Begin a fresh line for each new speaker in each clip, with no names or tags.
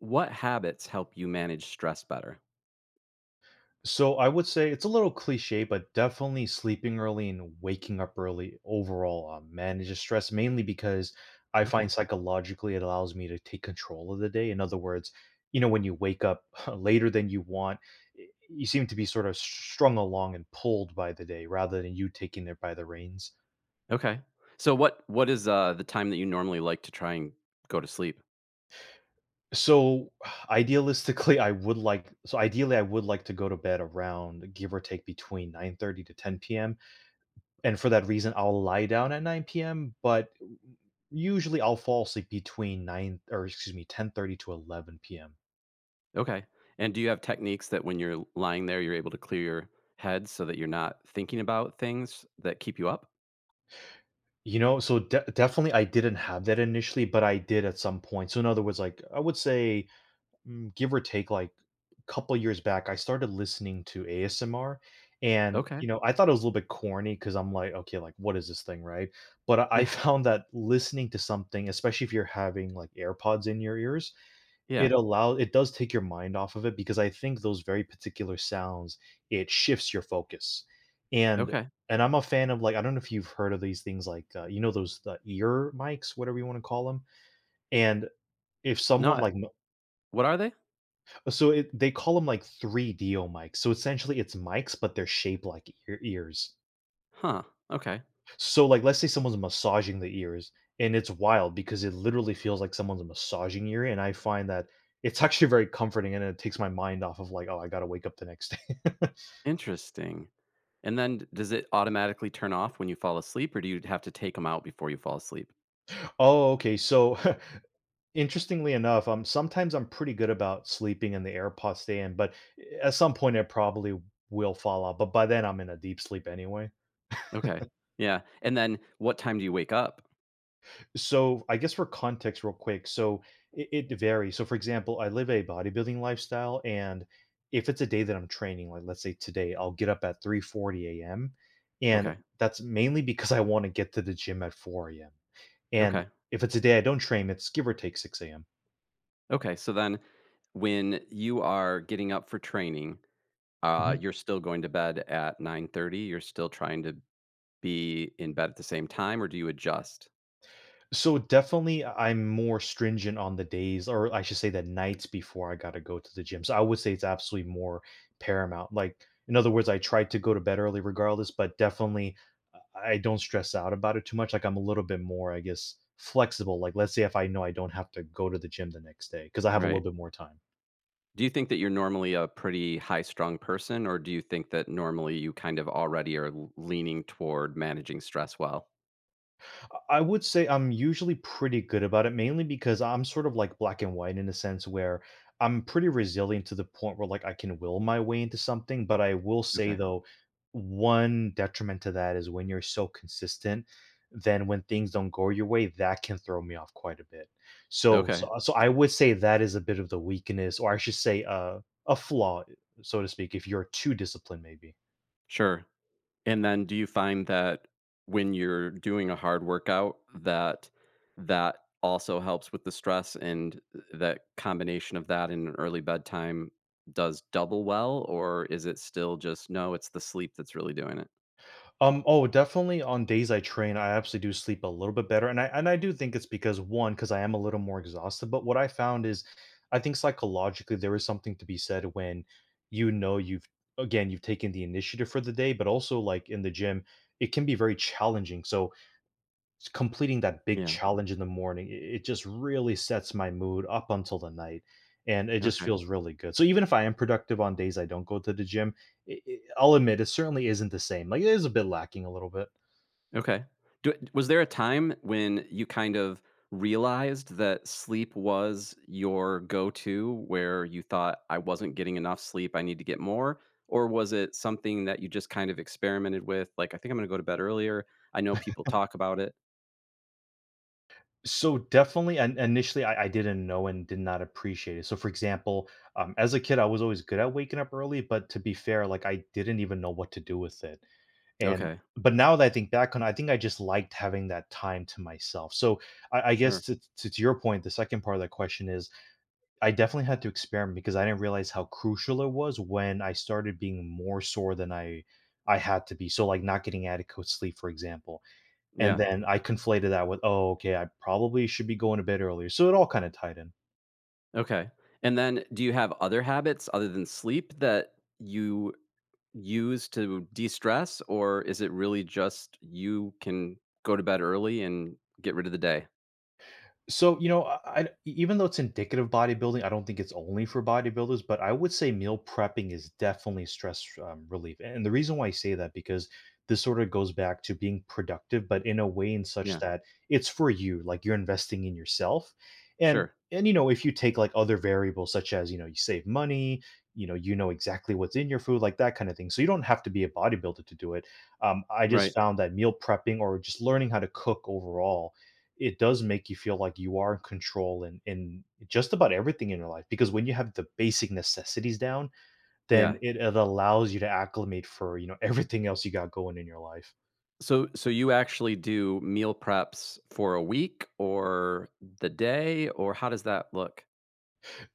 What habits help you manage stress better?
So I would say it's a little cliche, but definitely sleeping early and waking up early overall manages stress mainly because I
Okay.
find psychologically it allows me to take control of the day. In other words, you know, when you wake up later than you want, you seem to be sort of strung along and pulled by the day rather than you taking it by the reins.
Okay. So what is the time that you normally like to try and go to sleep?
So idealistically, I would like so ideally I would like to go to bed around give or take between 9:30 to 10 p.m, and for that reason, I'll lie down at 9 PM, but usually I'll fall asleep between 9, or excuse me, 10:30 to 11 PM.
Okay. And do you have techniques that when you're lying there you're able to clear your head so that you're not thinking about things that keep you up?
You know, so de definitely I didn't have that initially, but I did at some point. So in other words, like, I would say, give or take, like, a couple years back, I started listening to ASMR, and,
Okay.
you know, I thought it was a little bit corny because 'cause I'm like, "Okay, like, what is this thing?" Right? But I
Yeah.
found that listening to something, especially if you're having, like, AirPods in your ears, it
Yeah.
allows, it does take your mind off of it because I think those very particular sounds, it shifts your focus. and
Okay.
and I'm a fan of, like, I don't know if you've heard of these things like, you know, those the ear mics, whatever you wanna call them. And if someone
Not
like m
what are they?
so it they call them like 3DO mics, so essentially it's mics, but they're shaped like ear ears.
Huh. Okay.
So, like, let's say someone's massaging the ears, and it's wild because it literally feels like someone's massaging your ear, and I find that it's actually very comforting, and it takes my mind off of like, oh, I gotta wake up the next day.
Interesting. And then does it automatically turn off when you fall asleep or do you have to take them out before you fall asleep?
Oh, okay. So, interestingly enough, sometimes I'm pretty good about sleeping and the AirPods stay in, but at some point I probably will fall out. But by then I'm in a deep sleep anyway.
Okay. Yeah. And then what time do you wake up?
So, I guess for context, real quick, so it varies. So, for example, I live a bodybuilding lifestyle, and if it's a day that I'm training, like let's say today, I'll get up at 3:40 a.m. And
Okay.
that's mainly because I want to get to the gym at 4 a.m. And
Okay.
if it's a day I don't train, it's give or take 6 a.m.
Okay, so then when you are getting up for training, you're still going to bed at 9:30, you're still trying to be in bed at the same time, or do you adjust?
So definitely, I'm more stringent on the days, or I should say the nights before I gotta go to the gym. So I would say it's absolutely more paramount. Like, in other words, I try to go to bed early regardless, but definitely I don't stress out about it too much. Like, I'm a little bit more, I guess, flexible. Like, let's say if I know I don't have to go to the gym the next day because I have a little
Right.
bit more time.
Do you think that you're normally a pretty high-strung person, or do you think that normally you kind of already are l leaning toward managing stress well?
I would say I'm usually pretty good about it, mainly because I'm sort of like black and white in a sense where I'm pretty resilient to the point where like I can will my way into something. But I will say
Okay.
though, one detriment to that is when you're so consistent, then when things don't go your way, that can throw me off quite a bit. So so
Okay.
uh, so I would say that is a bit of the weakness, or I should say a flaw, so to speak, if you're too disciplined, maybe.
Sure. And then do you find that when you're doing a hard workout that that also helps with the stress and that combination of that and an early bedtime does double well, or is it still just, "No, it's the sleep that's really doing it?"
Oh, definitely on days I train, I actually do sleep a little bit better. And I do think it's because one, because I am a little more exhausted. But what I found is I think psychologically there is something to be said when you know you've taken the initiative for the day, but also like in the gym, it can be very challenging. So completing that big
Yeah,
challenge in the morning, it just really sets my mood up until the night. And it just
okay.
feels really good. So even if I am productive on days I don't go to the gym, I'll admit it certainly isn't the same. Like, it is a bit lacking a little bit.
Okay. Do was there a time when you kind of realized that sleep was your go-to, where you thought, "I wasn't getting enough sleep, I need to get more," or was it something that you just kind of experimented with, like, "I think I'm gonna go to bed earlier, I know people talk about it."
So definitely, and initially I didn't know and did not appreciate it. So for example, as a kid, I was always good at waking up early, but to be fair, like I didn't even know what to do with it. And
Okay,
But now that I think back on it, I think I just liked having that time to myself. So I guess
sure.
to your point, the second part of that question is I definitely had to experiment because I didn't realize how crucial it was when I started being more sore than I had to be. So like not getting adequate sleep, for example, and
Yeah,
then I conflated that with oh okay, I probably should be going to bed earlier. So it all kind of tied in.
okay. And then do you have other habits other than sleep that you use to de-stress, or is it really just you can go to bed early and get rid of the day?
So, you know, even though it's indicative of bodybuilding, I don't think it's only for bodybuilders, but I would say meal prepping is definitely stress relief. And the reason why I say that because this sort of goes back to being productive, but in a way in such
Yeah.
that it's for you, like you're investing in yourself. And
Sure.
and you know, if you take like other variables such as, you know, you save money, you know exactly what's in your food, like that kind of thing. So you don't have to be a bodybuilder to do it. I just
Right.
found that meal prepping or just learning how to cook overall, it does make you feel like you are in control in just about everything in your life because when you have the basic necessities down, then
Yeah.
it allows you to acclimate for you know everything else you got going in your life.
So you actually do meal preps for a week or the day or how does that look?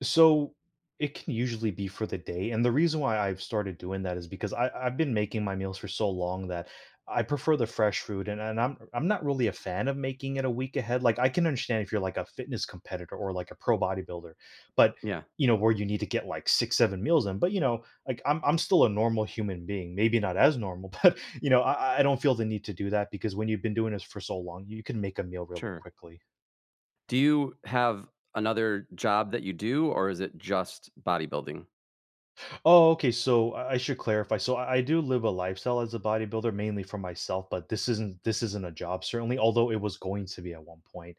So it can usually be for the day. And the reason why I've started doing that is because I've been making my meals for so long that I prefer the fresh food, and I'm not really a fan of making it a week ahead. Like, I can understand if you're like a fitness competitor or like a pro bodybuilder, but
Yeah.
you know, where you need to get like six, seven meals in. But you know, like I'm still a normal human being, maybe not as normal, but you know, I don't feel the need to do that because when you've been doing this for so long, you can make a meal really
Sure.
quickly.
Do you have another job that you do or is it just bodybuilding?
Oh, okay. So I should clarify. So I do live a lifestyle as a bodybuilder, mainly for myself, but this isn't a job, certainly, although it was going to be at one point.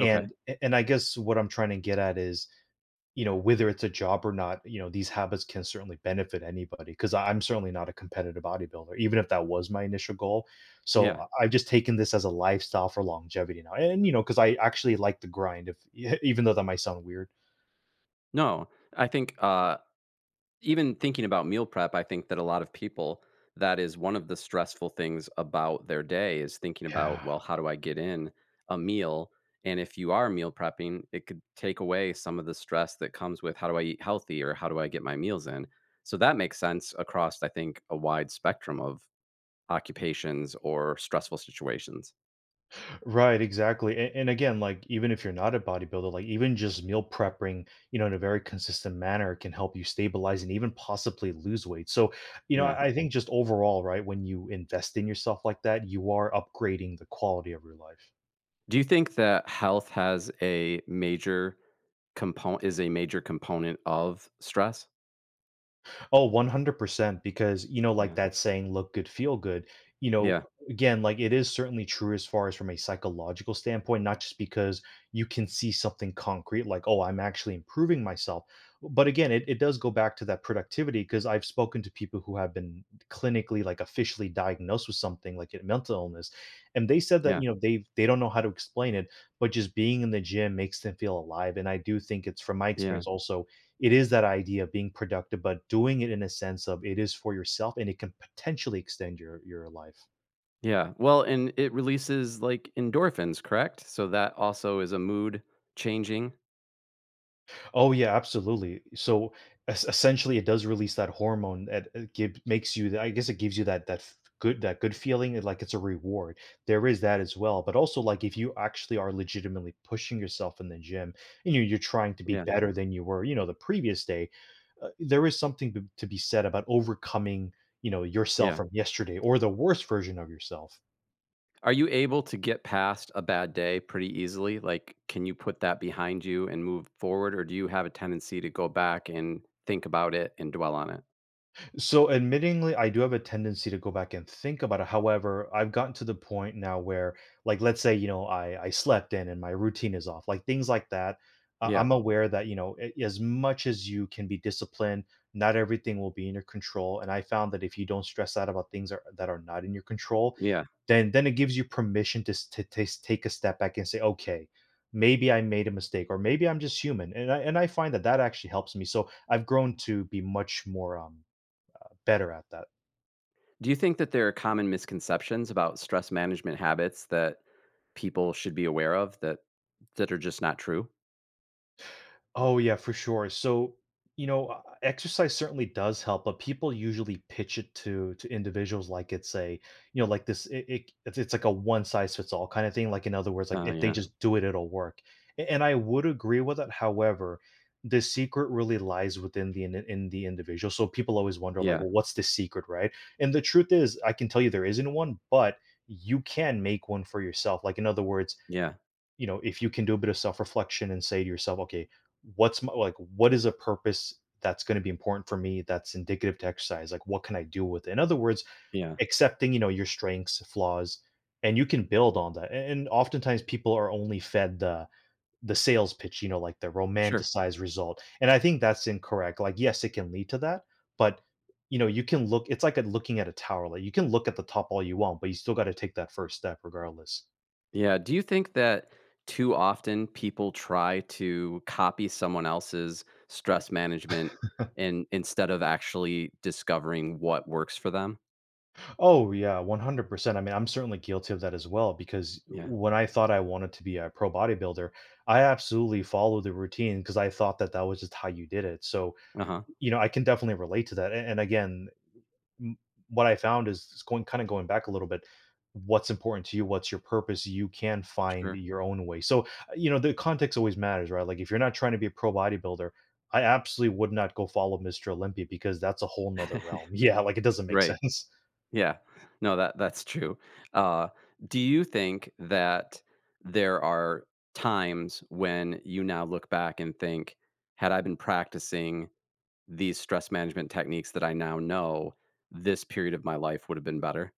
Okay.
and I guess what I'm trying to get at is, you know, whether it's a job or not, you know, these habits can certainly benefit anybody because I'm certainly not a competitive bodybuilder, even if that was my initial goal. So
Yeah.
I've just taken this as a lifestyle for longevity now. And, you know, because I actually like the grind, if even though that might sound weird.
No. I think even thinking about meal prep, I think that a lot of people, that is one of the stressful things about their day is thinking about,
Yeah.
well, how do I get in a meal? And if you are meal prepping, it could take away some of the stress that comes with how do I eat healthy or how do I get my meals in? So that makes sense across, I think, a wide spectrum of occupations or stressful situations.
Right, exactly. And again, like even if you're not a bodybuilder, like even just meal prepping, you know, in a very consistent manner can help you stabilize and even possibly lose weight. So, you know,
Yeah.
I think just overall, right, when you invest in yourself like that, you are upgrading the quality of your life.
Do you think that health has a major component is a major component of stress?
Oh, 100% because, you know, like
Yeah.
that saying, look good, feel good. You know,
Yeah.
again, like it is certainly true as far as from a psychological standpoint, not just because you can see something concrete, like, oh, I'm actually improving myself. But again, it does go back to that productivity because I've spoken to people who have been clinically, like officially diagnosed with something like a mental illness. And they said that,
Yeah.
you know, they don't know how to explain it, but just being in the gym makes them feel alive. And I do think it's from my
Yeah.
experience also it is that idea of being productive, but doing it in a sense of it is for yourself and it can potentially extend your life.
Yeah. Well, and it releases like endorphins, correct? So that also is a mood changing.
Oh yeah, absolutely. So essentially, it does release that hormone that makes you. I guess it gives you that good, that good feeling like it's a reward. There is that as well, but also like if you actually are legitimately pushing yourself in the gym and you're trying to be
Yeah.
better than you were, you know, the previous day. There is something to be said about overcoming, you know, yourself
Yeah.
from yesterday or the worst version of yourself.
Are you able to get past a bad day pretty easily? Like, can you put that behind you and move forward? Or do you have a tendency to go back and think about it and dwell on it?
So, admittingly, I do have a tendency to go back and think about it. However, I've gotten to the point now where, like, let's say, you know, I slept in and my routine is off, like things like that. I-
Yeah.
I'm aware that you know, as much as you can be disciplined, not everything will be in your control. And I found that if you don't stress out about that are not in your control,
Yeah.
then it gives you permission to, take a step back and say, okay, maybe I made a mistake, or maybe I'm just human. And I find that that actually helps me. So I've grown to be much more better at that.
Do you think that there are common misconceptions about stress management habits that people should be aware of that are just not true?
Oh, yeah, for sure. So, you know, exercise certainly does help, but people usually pitch it to individuals like it's a, you know, like this. It's like a one size fits all kind of thing. Like in other words, like
Oh
if they
yeah.
just do it, it'll work. And I would agree with that. However, the secret really lies within in the individual. So people always wonder, like,
Yeah.
well, what's the secret, right? And the truth is, I can tell you there isn't one, but you can make one for yourself. Like in other words,
Yeah.
you know, if you can do a bit of self-reflection and say to yourself, okay, what's my, like, what is a purpose that's going to be important for me, that's indicative to exercise, like what can I do with it? In other words,
Yeah.
accepting, you know, your strengths, flaws, and you can build on that. And oftentimes people are only fed the sales pitch, you know, like the
Sure.
romanticized result, and I think that's incorrect. Like, yes, it can lead to that, but, you know, you can look, it's like looking at a tower, like you can look at the top all you want, but you still got to take that first step regardless.
Yeah, do you think that too often people try to copy someone else's stress management and instead of actually discovering what works for them?
Oh yeah, 100%. I mean, I'm certainly guilty of that as well because
Yeah.
when I thought I wanted to be a pro bodybuilder, I absolutely followed the routine because I thought that that was just how you did it. So,
Uh-huh.
you know, I can definitely relate to that. And, again, m- what I found is, it's going kind of going back a little bit, what's important to you, what's your purpose, you can find
Sure.
your own way. So, you know, the context always matters, right? Like if you're not trying to be a pro bodybuilder, I absolutely would not go follow Mr. Olympia because that's a whole nother realm. Yeah, like it doesn't make
Right.
sense.
Yeah. No, that's true. Uh, do you think that there are times when you now look back and think, had I been practicing these stress management techniques that I now know, this period of my life would have been better?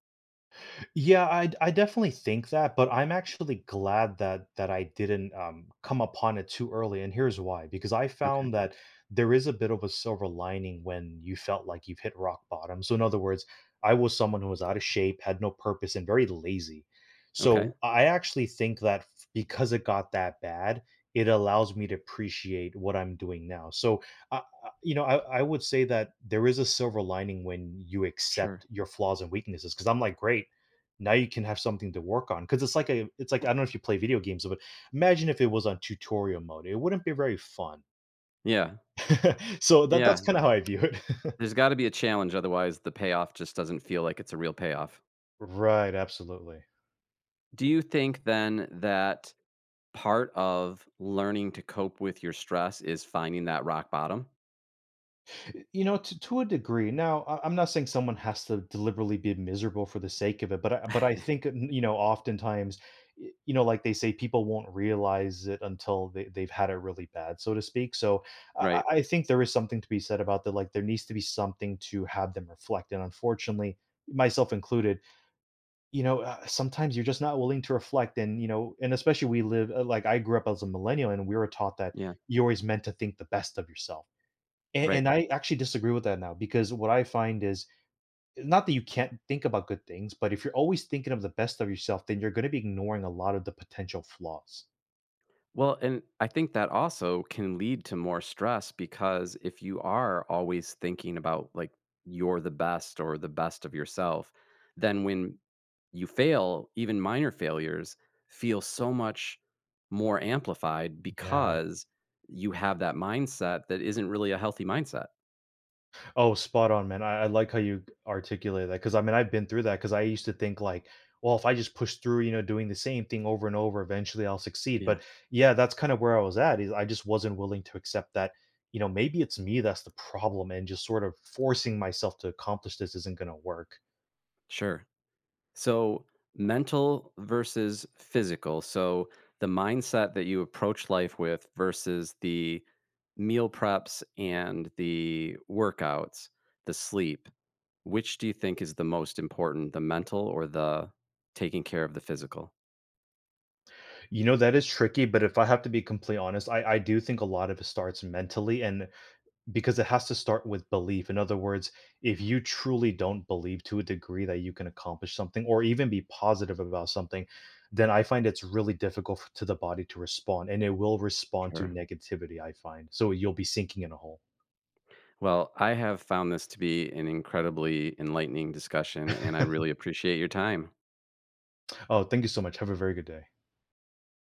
Yeah, I definitely think that, but I'm actually glad that I didn't come upon it too early, and here's why. Because I
Okay.
found that there is a bit of a silver lining when you felt like you've hit rock bottom. So in other words, I was someone who was out of shape, had no purpose, and very lazy.
Okay,
So I actually think that because it got that bad, it allows me to appreciate what I'm doing now. So I, you know, I would say that there is a silver lining when you accept
sure.
your flaws and weaknesses. Because I'm like, great, now you can have something to work on because it's like, I don't know if you play video games, but imagine if it was on tutorial mode, it wouldn't be very fun.
Yeah,
So that's
yeah.
kind of how I view it.
There's gotta be a challenge, otherwise the payoff just doesn't feel like it's a real payoff.
Right, absolutely.
Do you think then that part of learning to cope with your stress is finding that rock bottom?
You know, to a degree. Now, I'm not saying someone has to deliberately be miserable for the sake of it, but I think, n you know, oftentimes, y you know, like they say, people won't realize it until they've had it really bad, so to speak. So, I
Right.
I I think there is something to be said about that, like, there needs to be something to have them reflect, and unfortunately, myself included, you know, sometimes you're just not willing to reflect and, you know, and especially we live, like, I grew up as a millennial and we were taught that
Yeah,
you're always meant to think the best of yourself. And
right.
and I actually disagree with that now because what I find is, not that you can't think about good things, but if you're always thinking of the best of yourself, then you're going to be ignoring a lot of the potential flaws.
Well, and I think that also can lead to more stress because if you are always thinking about like you're the best or the best of yourself, then when you fail, even minor failures feel so much more amplified
Yeah.
because you have that mindset that isn't really a healthy mindset.
Oh, spot on, man. I like how you articulate that because I mean I've been through that because I used to think like, well, if I just push through, you know, doing the same thing over and over, eventually I'll succeed.
Yeah,
But yeah, that's kind of where I was at, is I just wasn't willing to accept that, you know, maybe it's me that's the problem and just sort of forcing myself to accomplish this isn't going to work.
sure. So, mental versus physical. So, the mindset that you approach life with versus the meal preps and the workouts, the sleep. Which do you think is the most important, the mental or the taking care of the physical?
You know, that is tricky, but if I have to be completely honest, I do think a lot of it starts mentally, and because it has to start with belief. In other words, if you truly don't believe to a degree that you can accomplish something or even be positive about something, then I find it's really difficult to the body to respond, and it will respond to
Sure.
negativity, I find. So you'll be sinking in a hole.
Well, I have found this to be an incredibly enlightening discussion, and I really appreciate your time.
Oh, thank you so much. Have a very good day.